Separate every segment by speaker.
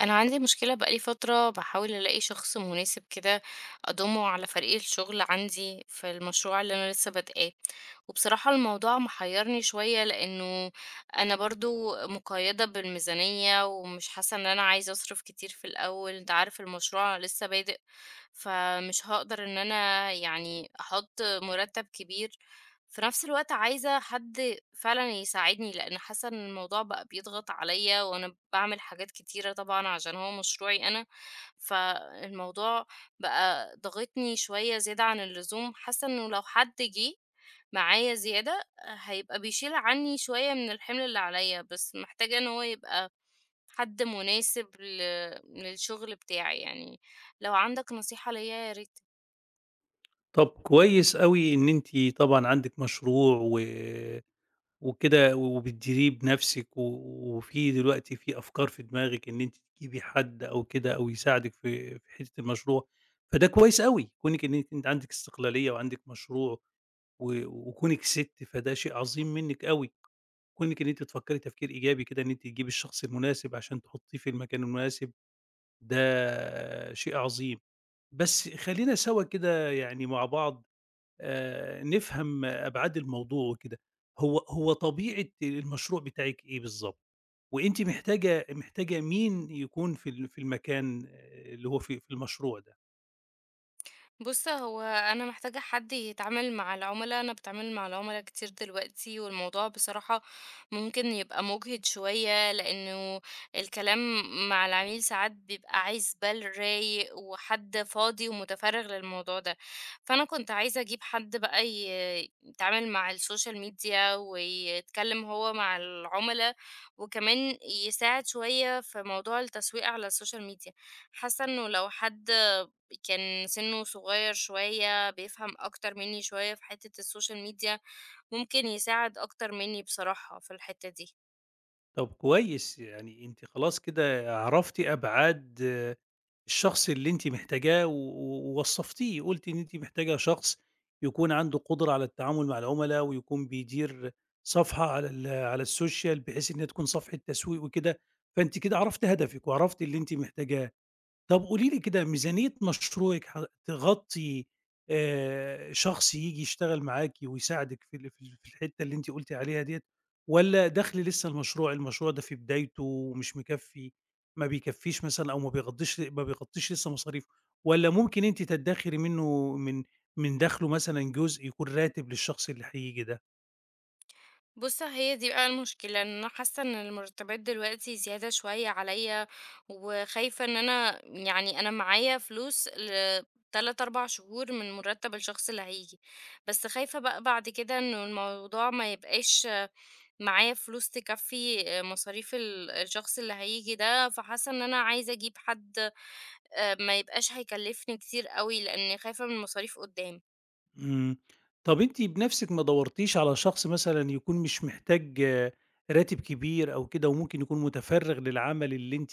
Speaker 1: انا عندي مشكله بقالي فتره بحاول الاقي شخص مناسب كده اضمه على فريق الشغل عندي في المشروع اللي انا لسه بادئاه. وبصراحه الموضوع محيرني شويه لانه انا برضو مقيده بالميزانيه ومش حاسه ان انا عايزه اصرف كتير في الاول، انت عارف المشروع لسه بادئ، فمش هقدر ان انا احط مرتب كبير. في نفس الوقت عايزه حد فعلًا يساعدني، لإن حاسة إن الموضوع بقى بيضغط عليّا، وأنا باعمل حاجات كتيرة طبعًا عشان هو مشروعي أنا، فالموضوع بقى ضاغطني شوية زيادة عن اللزوم. حاسة إنه لو حد جه معايا زيادة هيبقى بيشيل عني شوية من الحمل اللي عليّا، بس محتاجة إن هو يبقى حد مناسب للشغل بتاعي يعني. لو عندك نصيحة ليّا يا ريت.
Speaker 2: طب كويس أوي إن أنتِ طبعًا عندِك مشروع وكده وبتديريه بنفسِك، وفي دلوقتي في أفكار في دماغِك إن أنتِ تجيبي حد أو كده أو يساعدِك في حتّة المشروع، فده كويس أوي. كونِك إن أنتِ عندِك استقلالية وعندِك مشروع وكونِك سِت، فده شيء عظيم منِّك أوي. كونِك إن أنتِ تفكّري تفكير إيجابي كده، إن أنتِ تجيبي الشخص المناسب عشان تحطّيه في المكان المناسب، ده شيء عظيم. بس خلّينا سوا كده يعني مع بعض نفهم أبعاد الموضوع وكده. هو طبيعة المشروع بتاعِك إيه بالضبط؟ وأنتِ محتاجة مين يكون في المكان، اللي هو في المشروع ده؟
Speaker 1: بُص، هو أنا محتاجة حد يتعامل مع العُملا، أنا باتعامل مع العُملا كتير دلوقتي، والموضوع بصراحة ممكن يبقى مُجهِد شوية، لإنه الكلام مع العميل ساعات بيبقى عايز بال رايق وحد فاضي ومُتفرِّغ للموضوع ده. فأنا كنت عايزة أجيب حد بقى يتعامل مع السوشيال ميديا ويتكلم هو مع العُملا، وكمان يساعد شوية في موضوع التسويق على السوشيال ميديا. حاسة إنه لو حد كان سنه صغير شوية بيفهم أكتر مني شوية في حتة السوشيال ميديا ممكن يساعد أكتر مني بصراحة في الحتة دي.
Speaker 2: طب كويس، يعني أنتِ خلاص كده عرفتِ أبعاد، الشخص اللي أنتِ محتاجاه و و- ووصّفتيه، قُلتِ إن أنتِ محتاجة شخص يكون عنده قدرة على التعامل مع العُملا، ويكون بيدير صفحة على السوشيال، بحيث إنها تكون صفحة تسويق وكده، فأنتِ كده عرفتِ هدفِك وعرفتِ اللي أنتِ محتاجاه. طب قولي لي كده، ميزانية مشروعِك ح تغطّي شخص ييجي يشتغل معاكِ ويساعدِك في الحتّة اللي أنتِ قُلتِ عليها ديّة، والّا دخْل لسه المشروع، المشروع ده في بدايته ومش مكفّي، ما بيكفّيش مثلًا، أو ما بيغطّيش لسه مصاريفه، والّا ممكن أنتِ تدّخري منّه من دخْله مثلًا جزء يكون راتب للشخص اللي هييجي ده؟
Speaker 1: بص هي دي بقى المشكلة ان انا حاسة ان المرتبات دلوقتي زيادة شوية عليا، وخايفة ان انا انا معايا فلوس تلات أربع شهور من مرتب الشخص اللي هيجي، بس خايفة بقى بعد كده انه الموضوع ما يبقاش معايا فلوس تكفي مصاريف الشخص اللي هيجي ده، فحاسة ان انا عايزة اجيب حد ما يبقاش هيكلّفني كتير أوي، لإنّي خايفة من المصاريف قُدّام.
Speaker 2: إمم. طَب أنتِ بنَفْسِك ما دَوّرتيش على شخص مثلًا يكون مش محتاج، راتب كبير أو كده، وممكن يكون متفرِّغ للعمل اللي أنتِ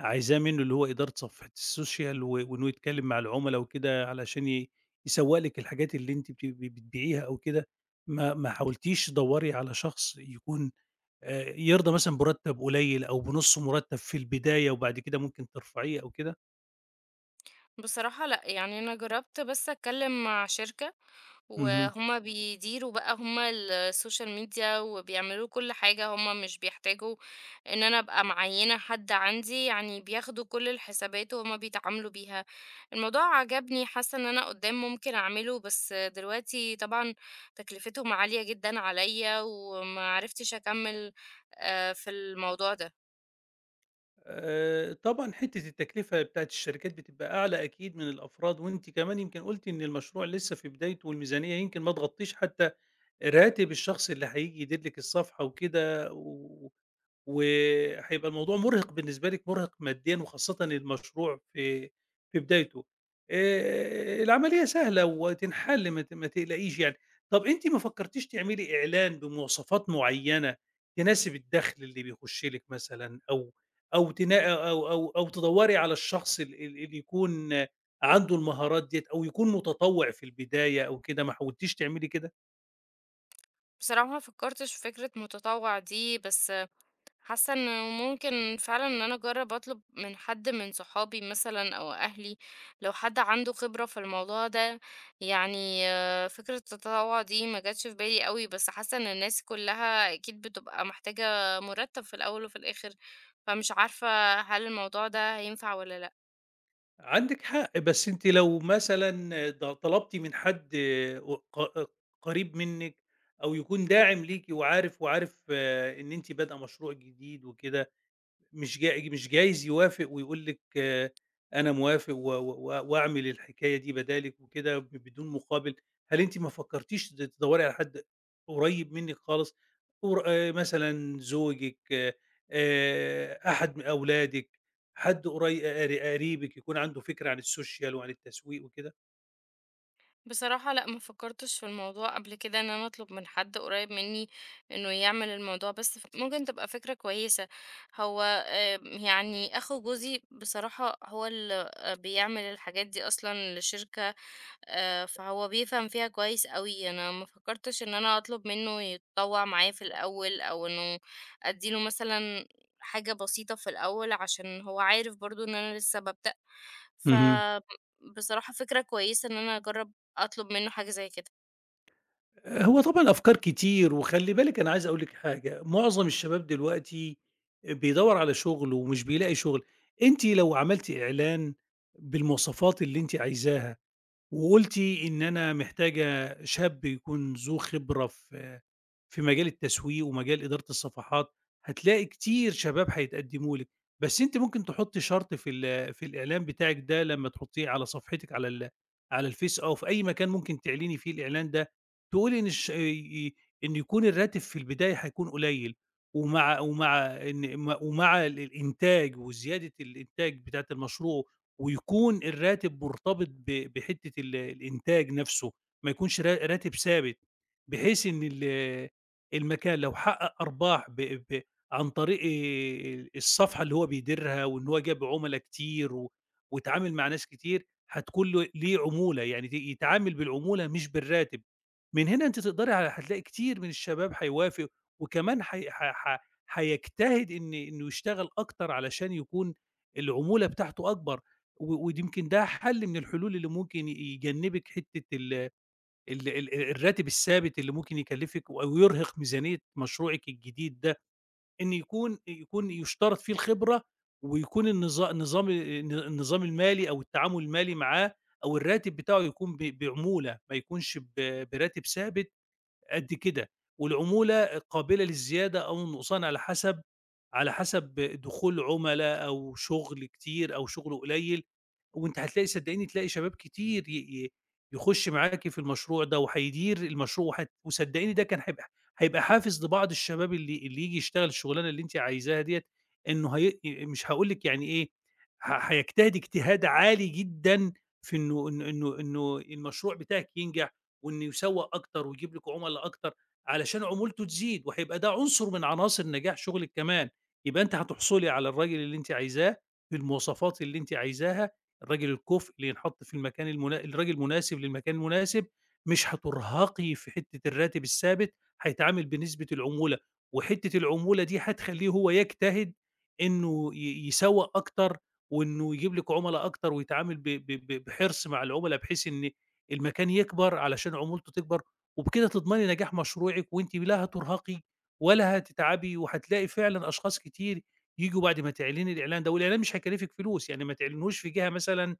Speaker 2: عايزاه منّه، اللي هو إدارة صفحة السوشيال وإنه يتكلّم مع العُملا وكده، علشان يسوّق لِك الحاجات اللي أنتِ بتبيعيها أو كده. ما حاولتيش تدوّري على شخص يكون يرضى مثلًا بمُرتَّب قليل أو بنُص مُرتَّب في البداية وبعد كده ممكن ترفعيه أو كده؟
Speaker 1: بصراحة لأ، يعني أنا جرّبت بس أتكلّم مع شركة
Speaker 2: اهم.
Speaker 1: وهُم بيديروا بقى هُم السوشيال ميديا وبيعملوا كل حاجة، هُم مش بيحتاجوا إن أنا أبقى معيّنة حد عندي، يعني بياخدوا كل الحسابات وهُم بيتعاملوا بيها. الموضوع عجبني، حاسّة إن أنا قُدّام ممكن أعمله، بس دلوقتي طبعًا تكلفتهم عالية جدًا عليّا وما عرفتش أكمّل في الموضوع ده.
Speaker 2: طبعًا حتّة التكلفة بتاعة الشركات بتبقى أعلى أكيد من الأفراد، وأنتِ كمان يمكن قُلتِ إن المشروع لسه في بدايته، والميزانية يمكن ما تغطّيش حتى راتب الشخص اللي هييجي يدير لِك الصفحة وكده، وهيبقى الموضوع مُرهق بالنسبة لِك، مُرهق ماديًا وخاصةً المشروع في بدايته. العملية سهلة وتنحل، ما تقلقيش يعني. طَب أنتِ ما فكّرتيش تعملي إعلان بمواصفات معيّنة تناسب الدخل اللي بيخُش لِك مثلًا، أو أو تنا أو أو أو تدوّري على الشخص ال ال اللي يكون عنده المهارات ديّة، أو يكون متطوّع في البداية أو كده؟ ما حاولتيش تعملي كده؟
Speaker 1: بصراحة ما فكرتش في فكرة متطوع دي، بس حاسة انه ممكن فعلا ان انا اجرب اطلب من حد من صحابي مثلا او اهلي لو حد عنده خبرة في الموضوع ده. يعني آه، فكرة التطوع دي ما جاتش في بالي قوي، بس حاسة ان الناس كلها اكيد بتبقى محتاجة مرتب في الاول وفي الاخر، فمش عارفة هل الموضوع ده هينفع ولا لا.
Speaker 2: عندِك حق، بس أنتِ لو مثلًا طلبتِ من حد ق قريب منِّك، أو يكون داعم ليكِ وعارف إن أنتِ بادئة مشروع جديد وكده، مش جايز يوافق ويقول لِك، أنا موافق و و وأعمل الحكاية دي بدالِك وكده بدون مقابل، هل أنتِ ما فكرتيش تدوّري على حد قريب منِّك خالص، قر مثلًا زوجِك، أحد من أولادِك، حد قريبِك يكون عنده فكرة عن السوشيال وعن التسويق وكده؟
Speaker 1: بصراحة لأ، ما فكرتش في الموضوع قبل كده إن أنا أطلب من حد قريب مني إنه يعمل الموضوع، بس ممكن تبقى فكرة كويسة. هو آه، يعني أخو جوزي بصراحة هو اللي آه، بيعمل الحاجات دي أصلا لشركة، آه، فهو بيفهم فيها كويس قوي. أنا ما فكرتش إن أنا أطلب منه يتطوع معايا في الأول أو إنه أديله مثلا حاجة بسيطة في الأول عشان هو عارف برضو إن أنا لسه ببدأ، فبصراحة فكرة كويسة إن أنا أجرب أطلب منه حاجة زي كده.
Speaker 2: هو طبعًا أفكار كتير، وخلّي بالِك، أنا عايز أقول لِك حاجة، معظم الشباب دلوقتي بيدوّر على شغل ومش بيلاقي شغل. أنتِ لو عملتِ إعلان بالمواصفات اللي أنتِ عايزاها، وقُلتِ إن أنا محتاجة شاب يكون ذو خبرة في مجال التسويق ومجال إدارة الصفحات، هتلاقي كتير شباب هيتقدموا لِك. بس أنتِ ممكن تحطّي شرط في الإعلان بتاعِك ده، لمّا تحطّيه على صفحتِك على الفيس أو في أي مكان ممكن تعلني فيه الإعلان ده، تقولي إن الش آه، ي إن يكون الراتب في البداية هيكون قليل، ومع ومع إن م ومع ال الإنتاج وزيادة الإنتاج بتاعة المشروع، ويكون الراتب مرتبط بحتّة الإنتاج نَفْسه، ما يكونش راتب ثابت، بحيث إن المكان لو حقق أرباح ب ب عن طريق الصفحة اللي هو بيديرها، وإن هو جاب عُملا كتير واتعامل مع ناس كتير، هتكون له ليه عمولة، يعني يتعامل بالعمولة مش بالراتب. من هنا أنتِ تقدري هتلاقي كتير من الشباب هيوافق، وكمان حي ح ح هيجتهد إنه يشتغل أكتر علشان يكون العمولة بتاعته أكبر، وده يمكن ده حل من الحلول اللي ممكن يجنبِك حتّة ال ال ال الراتب الثابت اللي ممكن يكلّفِك، أو يرهق ميزانية مشروعِك الجديد ده، إن يكون يُشترط فيه الخبرة، ويكون النظام النظام المالي أو التعامل المالي معاه، أو الراتب بتاعه يكون بعمولة، ما يكونش براتب ثابت قد كده، والعمولة قابلة للزيادة أو النقصان على حسب، على حسب دخول عُملا أو شغل كتير أو شغل قليل. وأنتِ هتلاقي صدّقيني تلاقي شباب كتير ي ي يخُش معاكِ في المشروع ده، وهيدير المشروع، وهت وصدّقيني ده كان هيبقى حافز لبعض الشباب اللي ييجي يشتغل الشغلانة اللي أنتِ عايزاها ديّة، إنه هي مش هاقول لِك يعني إيه، هيجتهد اجتهاد عالي جدًا في إنه المشروع بتاعِك ينجح، وإنه يسوّق أكتر ويجيب لِك عُملا أكتر علشان عمولته تزيد، وهيبقى ده عنصر من عناصر نجاح شغلِك كمان، يبقى أنتِ هتحصلي على الراجل اللي أنتِ عايزاه، بالمواصفات اللي أنتِ عايزاها. الراجل الكُفء اللي ينحط في المكان الراجل المناسب للمكان المناسب، مش هترهقي في حتّة الراتب الثابت، هيتعامل بنسبة العمولة، وحتّة العمولة دي هتخلّيه هو يجتهد إنه يسوّق أكتر، وإنه يجيب لِك عُملا أكتر، ويتعامل ب ب ب بحرص مع العُملا، بحيث إن المكان يكبر علشان عمولته تكبر، وبكده تضمني نجاح مشروعِك، وأنتِ لا هترهقي ولا هتتعبي، وهتلاقي فعلًا أشخاص كتير ييجوا بعد ما تعلني الإعلان ده، والإعلان مش هيكلّفِك فلوس، يعني ما تعلنيهوش في جهة مثلًا،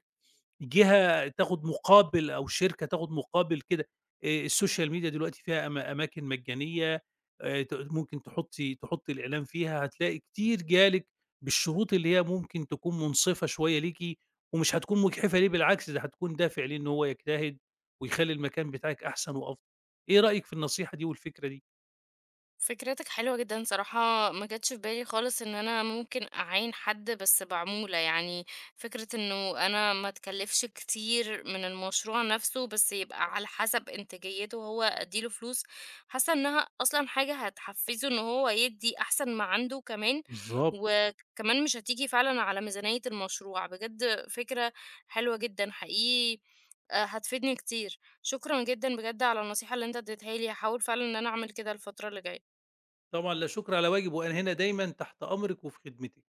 Speaker 2: جهة تاخد مقابل أو شركة تاخد مقابل كده، السوشيال ميديا دلوقتي فيها أماكن مجانية، ت ممكن تحطّي الإعلان فيها، هتلاقي كتير جالِك بالشروط اللي هي ممكن تكون مُنصِفة شوية ليكِ، ومش هتكون مُجحفة ليه، بالعكس ده هتكون دافع ليه إن هو يجتهد، ويخلّي المكان بتاعِك أحسن وأفضل. إيه رأيِك في النصيحة دي والفكرة دي؟
Speaker 1: فكرتك حلوة جدًا صراحة، ما جاتش في بالي خالص إن أنا ممكن أعين حد بس بعمولة، يعني فكرة إنه أنا ما أتكلفش كتير من المشروع نفسه، بس يبقى على حسب إنتاجيته هو أدّي له فلوس، حاسة إنها أصلًا حاجة هتحفزه إن هو يدّي أحسن ما عنده كمان،
Speaker 2: بالضبط.
Speaker 1: وكمان مش هتيجي فعلًا على ميزانية المشروع، بجد فكرة حلوة جدًا حقيقي. هتفيدني كتير، شكرًا جدًا بجد على النصيحة اللي أنت اديتها لي، هاحاول فعلًا إن أنا أعمل كده الفترة اللي جاية.
Speaker 2: طبعًا لا شُكر على واجب، وأنا هنا دايمًا تحت أمرِك وفي خدمتِك.